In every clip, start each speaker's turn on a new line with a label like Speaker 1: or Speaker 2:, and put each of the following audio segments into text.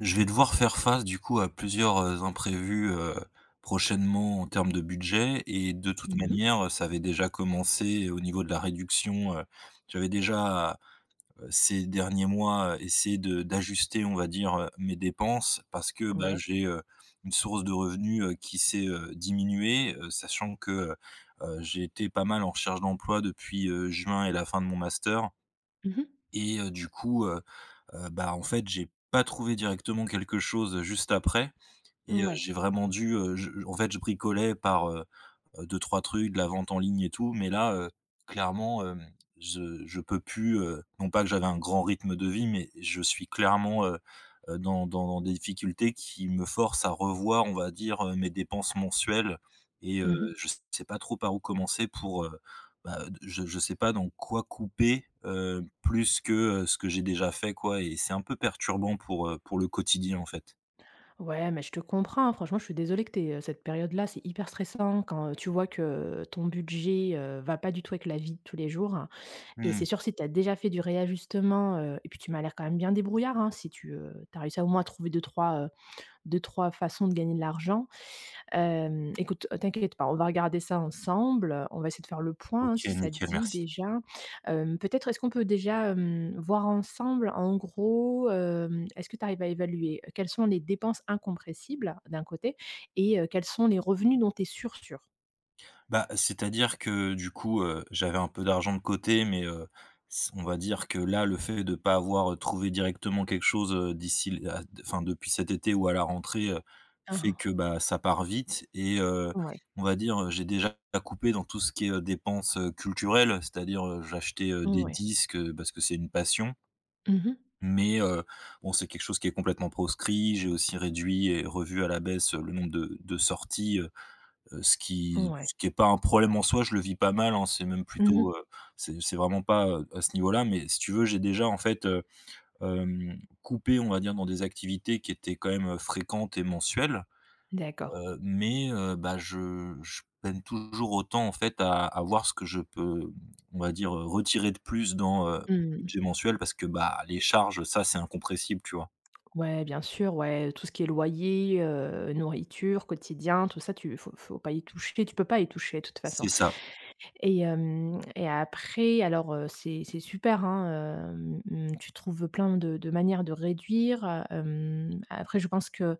Speaker 1: Je vais devoir faire face du coup à plusieurs, imprévus, prochainement en termes de budget et de toute
Speaker 2: Mmh mh.
Speaker 1: manière, ça avait déjà commencé au niveau de la réduction. J'avais déjà, ces derniers mois, essayé de d'ajuster, on va dire, mes dépenses parce que, bah,
Speaker 2: Ouais.
Speaker 1: j'ai, une source de revenus, qui s'est, diminuée, sachant que, j'ai été pas mal en recherche d'emploi depuis, juin et la fin de mon master.
Speaker 2: Mmh mh.
Speaker 1: Et du coup, bah, en fait, j'ai pas trouvé directement quelque chose, juste après. Et
Speaker 2: Mouais.
Speaker 1: j'ai vraiment dû, je en fait, je bricolais par, 2-3 trucs, de la vente en ligne et tout, mais là, clairement, je peux plus. Non pas que j'avais un grand rythme de vie, mais je suis clairement, dans des difficultés qui me forcent à revoir, on va dire, mes dépenses mensuelles. Et
Speaker 2: Mmh mh.
Speaker 1: je sais pas trop par où commencer pour, bah, je sais pas dans quoi couper, plus que, ce que j'ai déjà fait quoi. Et c'est un peu perturbant pour le quotidien en fait.
Speaker 2: Ouais, mais je te comprends, hein. Franchement, je suis désolée que tu aies, cette période-là, c'est hyper stressant quand, tu vois que ton budget, va pas du tout avec la vie de tous les jours hein. Et
Speaker 1: Mmh.
Speaker 2: c'est sûr si tu as déjà fait du réajustement, et puis tu m'as l'air quand même bien débrouillard, hein, si tu, tu as réussi à au moins trouver 2-3 façons de gagner de l'argent. Écoute, t'inquiète pas, on va regarder ça ensemble. On va essayer de faire le point, hein, si
Speaker 1: OK,
Speaker 2: ça te
Speaker 1: nickel,
Speaker 2: dit
Speaker 1: merci.
Speaker 2: déjà. Peut-être est-ce qu'on peut déjà, voir ensemble, en gros, est-ce que tu arrives à évaluer, quelles sont les dépenses incompressibles, d'un côté, et quels sont les revenus dont tu es sûre?
Speaker 1: Bah, c'est-à-dire que du coup, j'avais un peu d'argent de côté, mais, s on va dire que là, le fait de ne pas avoir, trouvé directement quelque chose, d'ici l à enfin, depuis cet été ou à la rentrée,
Speaker 2: Hein,
Speaker 1: fait que,
Speaker 2: hein.
Speaker 1: bah, ça part vite et
Speaker 2: Ouais,
Speaker 1: on va dire, j'ai déjà coupé dans tout ce qui est, dépenses, culturelles, c'est-à-dire, j'achetais, des
Speaker 2: ouais.
Speaker 1: disques, parce que c'est une passion,
Speaker 2: Mmh.
Speaker 1: mais, bon, c'est quelque chose qui est complètement proscrit. J'ai aussi réduit et revu à la baisse, le nombre de sorties. Ce qui
Speaker 2: Ouais.
Speaker 1: ce qui est pas un problème en soi, je le vis pas mal, hein, c'est même
Speaker 2: Mmh.
Speaker 1: plutôt, c'est vraiment pas, à ce niveau-là, mais si tu veux, j'ai déjà en fait, coupé, on va dire, dans des activités qui étaient quand même, fréquentes et mensuelles,
Speaker 2: D'accord.
Speaker 1: mais bah, je peine toujours autant en fait à voir ce que je peux, on va dire, retirer de plus dans, mon
Speaker 2: Mmh.
Speaker 1: budget mensuel parce que, bah, les charges, ça, c'est incompressible, tu vois?
Speaker 2: Ouais, bien sûr, ouais, tout ce qui est loyer, nourriture, quotidien, tout ça, tu faut pas y toucher. Tu peux pas y toucher, de toute façon.
Speaker 1: C'est ça.
Speaker 2: Et après alors, c'est super, hein, tu trouves plein de manières de réduire, après je pense que,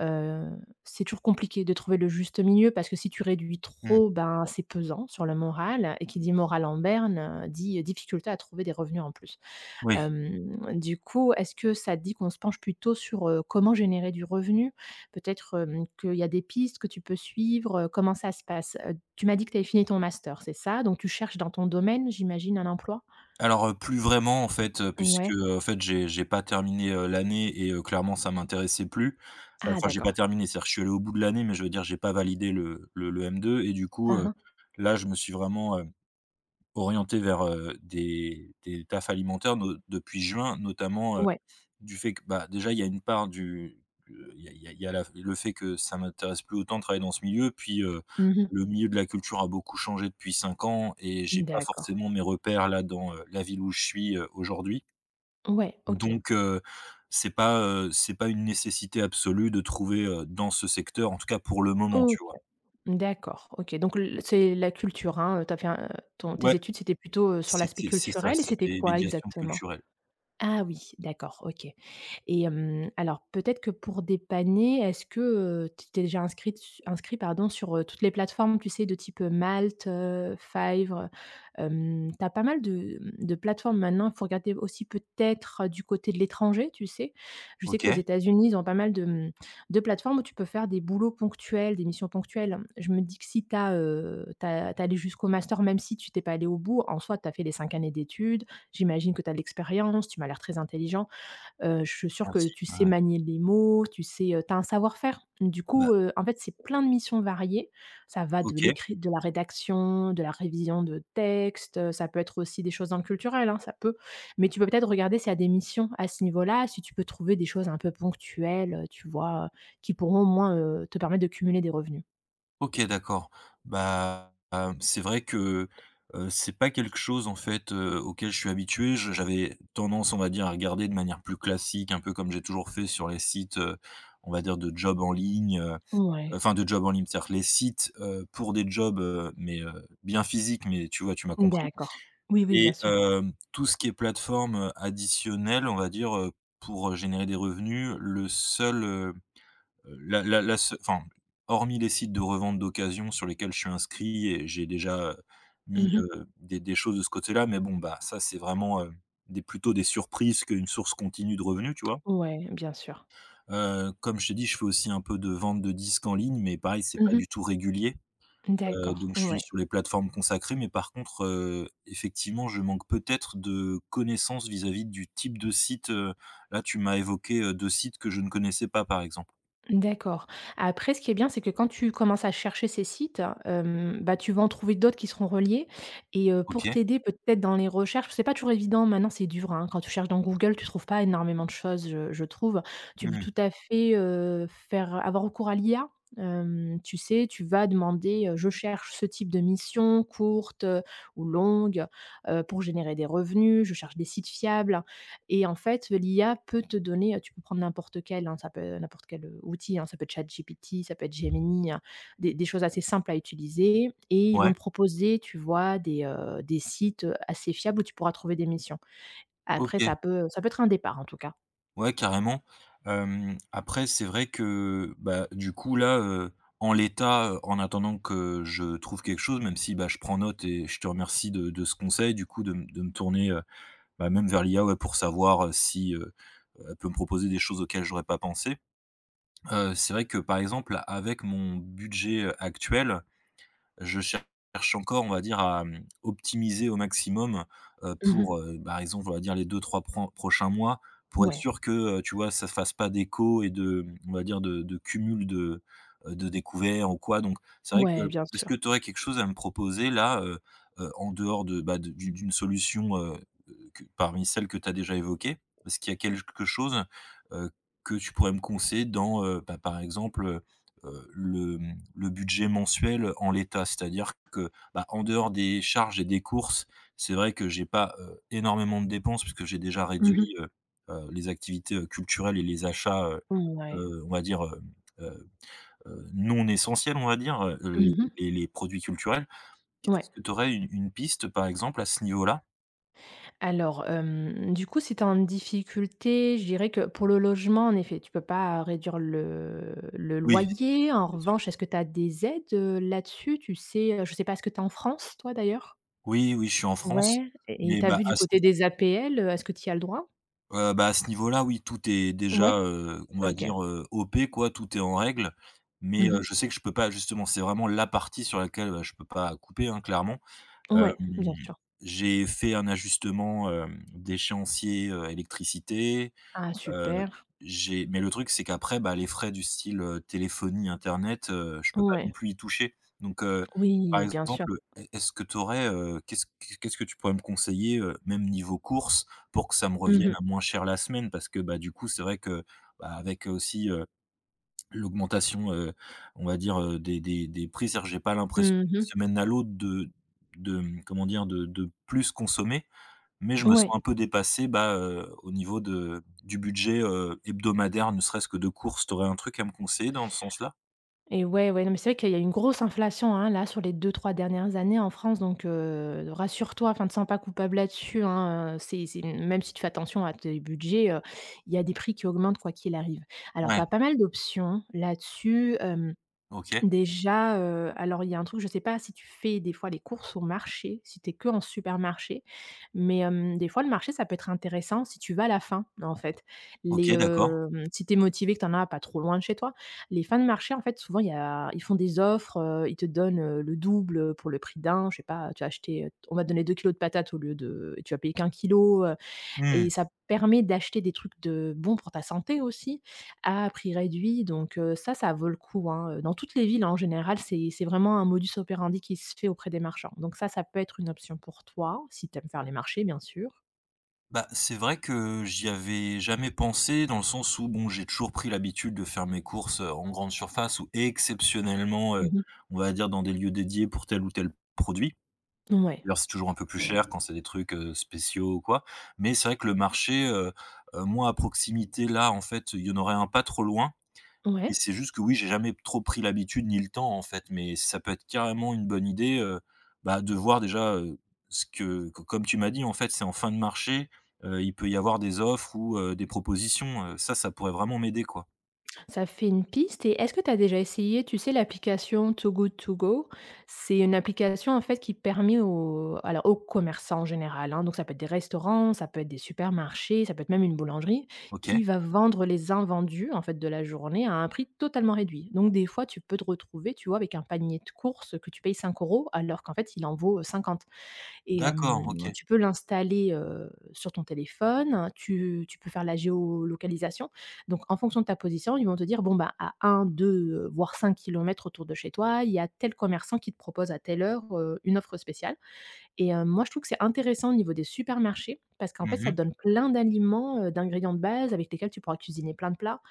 Speaker 2: heu, c'est toujours compliqué de trouver le juste milieu parce que si tu réduis
Speaker 1: Mmh.
Speaker 2: trop, ben, c'est pesant sur le moral et qui dit moral en berne, dit difficulté à trouver des revenus en plus.
Speaker 1: Oui.
Speaker 2: Du coup, est-ce que ça te dit qu'on se penche plutôt sur, comment générer du revenu? Peut-être, qu'il y a des pistes que tu peux suivre, comment ça se passe? Tu m'as dit que tu avais fini ton master, c'est ça? Donc tu cherches dans ton domaine, j'imagine, un emploi?
Speaker 1: Alors, plus vraiment en fait, puisque,
Speaker 2: Ouais.
Speaker 1: en fait j'ai pas terminé, l'année et clairement ça m'intéressait plus. Heu,
Speaker 2: Ah
Speaker 1: enfin j'ai pas
Speaker 2: d'accord.
Speaker 1: terminé, c'est-à-dire que je suis allé au bout de l'année, mais je veux dire j'ai pas validé le M2 et du coup,
Speaker 2: Hein, hein.
Speaker 1: là je me suis vraiment, orienté vers, des tafs alimentaires no depuis juin, notamment,
Speaker 2: Ouais.
Speaker 1: du fait que, bah, déjà, il y a une part du il y a la le fait que ça m'intéresse plus autant de travailler dans ce milieu, puis,
Speaker 2: Mmh.
Speaker 1: le milieu de la culture a beaucoup changé depuis 5 ans et j'ai pas
Speaker 2: D'accord.
Speaker 1: forcément mes repères là dans, la ville où je suis, aujourd'hui.
Speaker 2: Ouais, OK.
Speaker 1: Donc, c'est pas, c'est pas une nécessité absolue de trouver, dans ce secteur, en tout cas pour le moment, tu
Speaker 2: OK.
Speaker 1: vois?
Speaker 2: D'accord, OK. Donc l c'est la culture, hein, fait un ton tes
Speaker 1: Ouais,
Speaker 2: études, c'était plutôt, sur l'aspect
Speaker 1: c'est ça,
Speaker 2: culturel et c'était
Speaker 1: c'était
Speaker 2: quoi
Speaker 1: médiation
Speaker 2: exactement?
Speaker 1: culturelle.
Speaker 2: Ah oui, d'accord, OK. Et alors peut-être que pour dépanner, est-ce que, tu étais déjà inscrit, inscrit pardon sur, toutes les plateformes, tu sais, de type, Malte, Fiverr? Tu as pas mal de plateformes maintenant. Il faut regarder aussi peut-être, du côté de l'étranger, tu sais? Je sais qu'aux
Speaker 1: OK,
Speaker 2: États-Unis, ils ont pas mal de plateformes où tu peux faire des boulots ponctuels, des missions ponctuelles. Je me dis que si tu as, tu jusqu'au master, même si tu t'es pas allé au bout, en soi, tu as fait les 5 années d'études, j'imagine que tu as de l'expérience, tu m'as l'air très intelligent. Je suis sûre que
Speaker 1: merci.
Speaker 2: tu
Speaker 1: Ouais,
Speaker 2: sais
Speaker 1: ouais.
Speaker 2: manier les mots, tu sais, as un savoir-faire. Du
Speaker 1: Bah,
Speaker 2: coup, en fait, c'est plein de missions variées. Ça va de
Speaker 1: OK.
Speaker 2: l'écrit de la rédaction, de la révision de textes, ça peut être aussi des choses dans le culturel, hein, ça peut. Mais tu peux peut-être regarder s'il y a des missions à ce niveau-là, si tu peux trouver des choses un peu ponctuelles, tu vois, qui pourront au moins, te permettre de cumuler des revenus.
Speaker 1: OK, d'accord. Bah, c'est vrai que, c'est pas quelque chose en fait, auquel je suis habitué. Je j'avais tendance, on va dire, à regarder de manière plus classique, un peu comme j'ai toujours fait sur les sites, on va dire de jobs en ligne, heu,
Speaker 2: Ouais,
Speaker 1: enfin de jobs en ligne, c'est-à-dire les sites, pour des jobs, mais, bien physiques, mais tu vois, tu m'as compris.
Speaker 2: d'accord. Oui, oui, bien
Speaker 1: Et
Speaker 2: sûr.
Speaker 1: tout ce qui est plateforme, additionnelle, on va dire, pour, générer des revenus, le seul. La la la seu Enfin, hormis les sites de revente d'occasion sur lesquels je suis inscrit et j'ai déjà, mis,
Speaker 2: Mmh.
Speaker 1: des choses de ce côté-là, mais bon, bah, ça, c'est vraiment, des plutôt des surprises qu'une source continue de revenus, tu vois?
Speaker 2: Ouais, bien sûr.
Speaker 1: Comme je t'ai dit, je fais aussi un peu de vente de disques en ligne, mais pareil, c'est pas
Speaker 2: Mmh.
Speaker 1: du tout régulier.
Speaker 2: D'accord,
Speaker 1: Donc je suis
Speaker 2: ouais.
Speaker 1: sur les plateformes consacrées, mais par contre, effectivement, je manque peut-être de connaissances vis-à-vis du type de site. Là, tu m'as évoqué, 2 sites que je ne connaissais pas, par exemple.
Speaker 2: D'accord. Après, ce qui est bien, c'est que quand tu commences à chercher ces sites, bah, tu vas en trouver d'autres qui seront reliés et pour
Speaker 1: OK.
Speaker 2: t'aider peut-être dans les recherches, c'est pas toujours évident, maintenant c'est dur, hein. Quand tu cherches dans Google, tu trouves pas énormément de choses, je trouve. Tu peux
Speaker 1: Mmh.
Speaker 2: tout à fait, faire avoir recours à l'IA. Tu sais, tu vas demander: «Je cherche ce type de mission courte, ou longue, pour générer des revenus, je cherche des sites fiables». Et en fait, l'IA peut te donner, tu peux prendre n'importe quel, hein, ça peut n'importe quel, outil, hein, ça peut être ChatGPT, ça peut être Gemini, hein, des choses assez simples à utiliser et ils vont
Speaker 1: Ouais.
Speaker 2: te proposer, tu vois, des sites, assez fiables où tu pourras trouver des missions. Après
Speaker 1: OK.
Speaker 2: ça peut être un départ en tout cas.
Speaker 1: Ouais, carrément. Après, c'est vrai que, bah, du coup, là, en l'état, en attendant que je trouve quelque chose, même si, bah, je prends note et je te remercie de ce conseil, du coup, de me tourner, bah, même vers l'IA, ouais, pour savoir, si, elle peut me proposer des choses auxquelles j'aurais pas pensé. C'est vrai que, par exemple, avec mon budget, actuel, je cherche encore, on va dire, à, optimiser au maximum,
Speaker 2: Mmh.
Speaker 1: pour, par exemple, on va dire les 2-3 pren prochains mois, pour être
Speaker 2: Ouais,
Speaker 1: sûr que, tu vois, ça fasse pas d'écho et on va dire de cumul de découverts ou quoi. Donc c'est vrai
Speaker 2: ouais,
Speaker 1: que
Speaker 2: bien
Speaker 1: est-ce
Speaker 2: sûr.
Speaker 1: que tu aurais quelque chose à me proposer là, en dehors de, bah, de d'u d'une solution, que parmi celles que tu as déjà évoquées? Est-ce qu'il y a quelque chose, heu, que tu pourrais me conseiller dans, bah, par exemple, heu, le le budget mensuel en l'état. C'est-à-dire que, bah, en dehors des charges et des courses, c'est vrai que j'ai pas, énormément de dépenses puisque j'ai déjà
Speaker 2: Mmh.
Speaker 1: réduit, les activités, culturelles et les achats,
Speaker 2: Ouais.
Speaker 1: on va dire, heu non essentiels, on va dire, les
Speaker 2: Mmh.
Speaker 1: les les produits culturels.
Speaker 2: Ouais.
Speaker 1: Est-ce que tu aurais une piste, par exemple, à ce niveau-là?
Speaker 2: Alors, du coup, si tu es en difficulté, je dirais que pour le logement, en effet, tu peux pas réduire le
Speaker 1: Oui,
Speaker 2: loyer. En
Speaker 1: bien sûr.
Speaker 2: revanche, est-ce que tu as des aides, là-dessus? Tu sais, je sais pas, est-ce que tu es en France, toi, d'ailleurs?
Speaker 1: Oui, oui, je suis en France,
Speaker 2: Ouais et
Speaker 1: mais
Speaker 2: tu as
Speaker 1: bah,
Speaker 2: vu du côté des APL, est-ce que tu y as le droit?
Speaker 1: À ce niveau-là, oui, tout est déjà,
Speaker 2: Ouais?
Speaker 1: on va
Speaker 2: OK.
Speaker 1: dire, OP quoi, tout est en règle. Mais,
Speaker 2: Mmh mh.
Speaker 1: je sais que je peux pas justement, c'est vraiment la partie sur laquelle, bah, je peux pas couper, hein, clairement. Hem,
Speaker 2: Ouais, bien sûr.
Speaker 1: j'ai fait un ajustement, d'échéancier, électricité.
Speaker 2: Ah
Speaker 1: Heu,
Speaker 2: super.
Speaker 1: j'ai Mais le truc, c'est qu'après, bah, les frais du style, téléphonie, internet, je peux pas non
Speaker 2: Ouais.
Speaker 1: plus y toucher. Donc, par
Speaker 2: Oui, bien sûr.
Speaker 1: exemple, est-ce que tu aurais, qu'est-ce que tu pourrais me conseiller, même niveau courses, pour que ça me
Speaker 2: Mmh
Speaker 1: revienne
Speaker 2: mh.
Speaker 1: à moins cher la semaine? Parce que, bah, du coup, c'est vrai que, bah, avec aussi, l'augmentation, on va dire, des prix, c'est-à-dire, j'ai pas l'impression
Speaker 2: Mmh
Speaker 1: d'une
Speaker 2: mh.
Speaker 1: semaine à l'autre comment dire? De plus consommer. Mais je me sens
Speaker 2: Ouais.
Speaker 1: un peu dépassé, bah, au niveau de du budget, hebdomadaire, ne serait-ce que de courses. Tu aurais un truc à me conseiller dans ce sens-là?
Speaker 2: Et ouais, ouais, non, mais c'est vrai qu'il y a une grosse inflation, hein, là, sur les deux trois dernières années en France, donc, rassure-toi, enfin, ne te sens pas coupable là-dessus, hein, c'est même si tu fais attention à tes budgets, il y a des prix qui augmentent quoi qu'il arrive. Alors, tu
Speaker 1: Ouais,
Speaker 2: as pas mal d'options là-dessus, euh,
Speaker 1: OK,
Speaker 2: déjà, alors il y a un truc, je sais pas si tu fais des fois les courses au marché, si tu es qu'en supermarché, mais des fois le marché ça peut être intéressant si tu vas à la fin, en fait. Les,
Speaker 1: OK, d'accord.
Speaker 2: hem, si tu es motivé, que tu en as pas trop loin de chez toi, les fins de marché, en fait, souvent il y a ils font des offres, ils te donnent, le double, pour le prix d'un, je sais pas, tu as acheté, on va te donner 2 kilos de patates au lieu de et tu vas payer qu'un kilo.
Speaker 1: Mmh.
Speaker 2: Et ça permet d'acheter des trucs de bons pour ta santé aussi, à prix réduit donc ça vaut le coup, hein, dans toutes les villes, hein, en général, c'est vraiment un modus operandi qui se fait auprès des marchands. Donc ça peut être une option pour toi, si tu aimes faire les marchés, bien sûr.
Speaker 1: Bah, c'est vrai que j'y avais jamais pensé dans le sens où, bon, j'ai toujours pris l'habitude de faire mes courses, en grande surface ou exceptionnellement,
Speaker 2: Mmh.
Speaker 1: on va dire dans des lieux dédiés pour tel ou tel produit.
Speaker 2: Ouais,
Speaker 1: D'ailleurs, c'est toujours un peu plus cher quand c'est des trucs, spéciaux ou quoi. Mais c'est vrai que le marché, moi à proximité là, en fait, il y en aurait un pas trop loin. Et
Speaker 2: ouais.
Speaker 1: c'est juste que oui, j'ai jamais trop pris l'habitude ni le temps en fait, mais ça peut être carrément une bonne idée, bah, de voir déjà, ce que co comme tu m'as dit en fait, c'est en fin de marché, il peut y avoir des offres ou des propositions, ça, ça pourrait vraiment m'aider quoi.
Speaker 2: Ça fait une piste et est-ce que tu as déjà essayé, tu sais, l'application Too Good To Go? C'est une application, en fait, qui permet aux aux commerçants en général, hein, donc ça peut être des restaurants, ça peut être des supermarchés, ça peut être même une boulangerie,
Speaker 1: OK.
Speaker 2: qui va vendre les invendus, en fait, de la journée à un prix totalement réduit. Donc des fois, tu peux te retrouver, tu vois, avec un panier de courses que tu payes 5 euros alors qu'en fait, il en vaut, 50. Et
Speaker 1: D'accord, OK.
Speaker 2: tu peux l'installer, sur ton téléphone, tu peux faire la géolocalisation. Donc en fonction de ta position, ils vont te dire: «Bon, bah, à 1-2, voire 5 kilomètres autour de chez toi, il y a tel commerçant qui te propose à telle heure, une offre spéciale» et moi, je trouve que c'est intéressant au niveau des supermarchés parce qu'en
Speaker 1: Mmh
Speaker 2: fait, ça
Speaker 1: mh.
Speaker 2: te donne plein d'aliments, d'ingrédients de base avec lesquels tu pourras cuisiner plein de plats.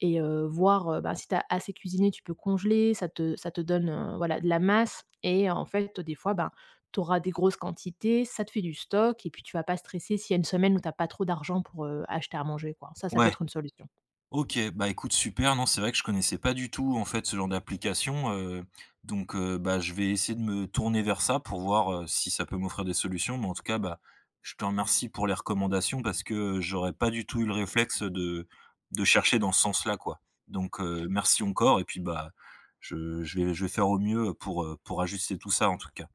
Speaker 2: Et voir, bah, si tu as assez cuisiné, tu peux congeler, ça te donne, voilà, de la masse et en fait, des fois, ben, tu auras des grosses quantités, ça te fait du stock et puis tu vas pas stresser s'il y a une semaine où tu as pas trop d'argent pour, acheter à manger, quoi. Ça peut
Speaker 1: Ouais.
Speaker 2: être une solution.
Speaker 1: OK, bah, écoute super. Non, c'est vrai que je connaissais pas du tout, en fait, ce genre d'application. Donc bah, je vais essayer de me tourner vers ça pour voir, si ça peut m'offrir des solutions. Mais en tout cas, bah, je te remercie pour les recommandations parce que, j'aurais pas du tout eu le réflexe de chercher dans ce sens-là, quoi. Donc merci encore et puis, bah, je vais faire au mieux, pour ajuster tout ça, en tout cas.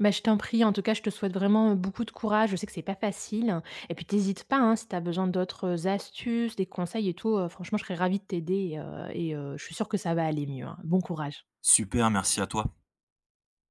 Speaker 2: Bah, je t'en prie, en tout cas, je te souhaite vraiment, beaucoup de courage. Je sais que c'est pas facile et puis tu pas, hein, si tu as besoin d'autres astuces, des conseils et tout, franchement, je serais ravie de t'aider et je suis sûre que ça va aller mieux, hein. Bon courage.
Speaker 1: Super, merci à toi.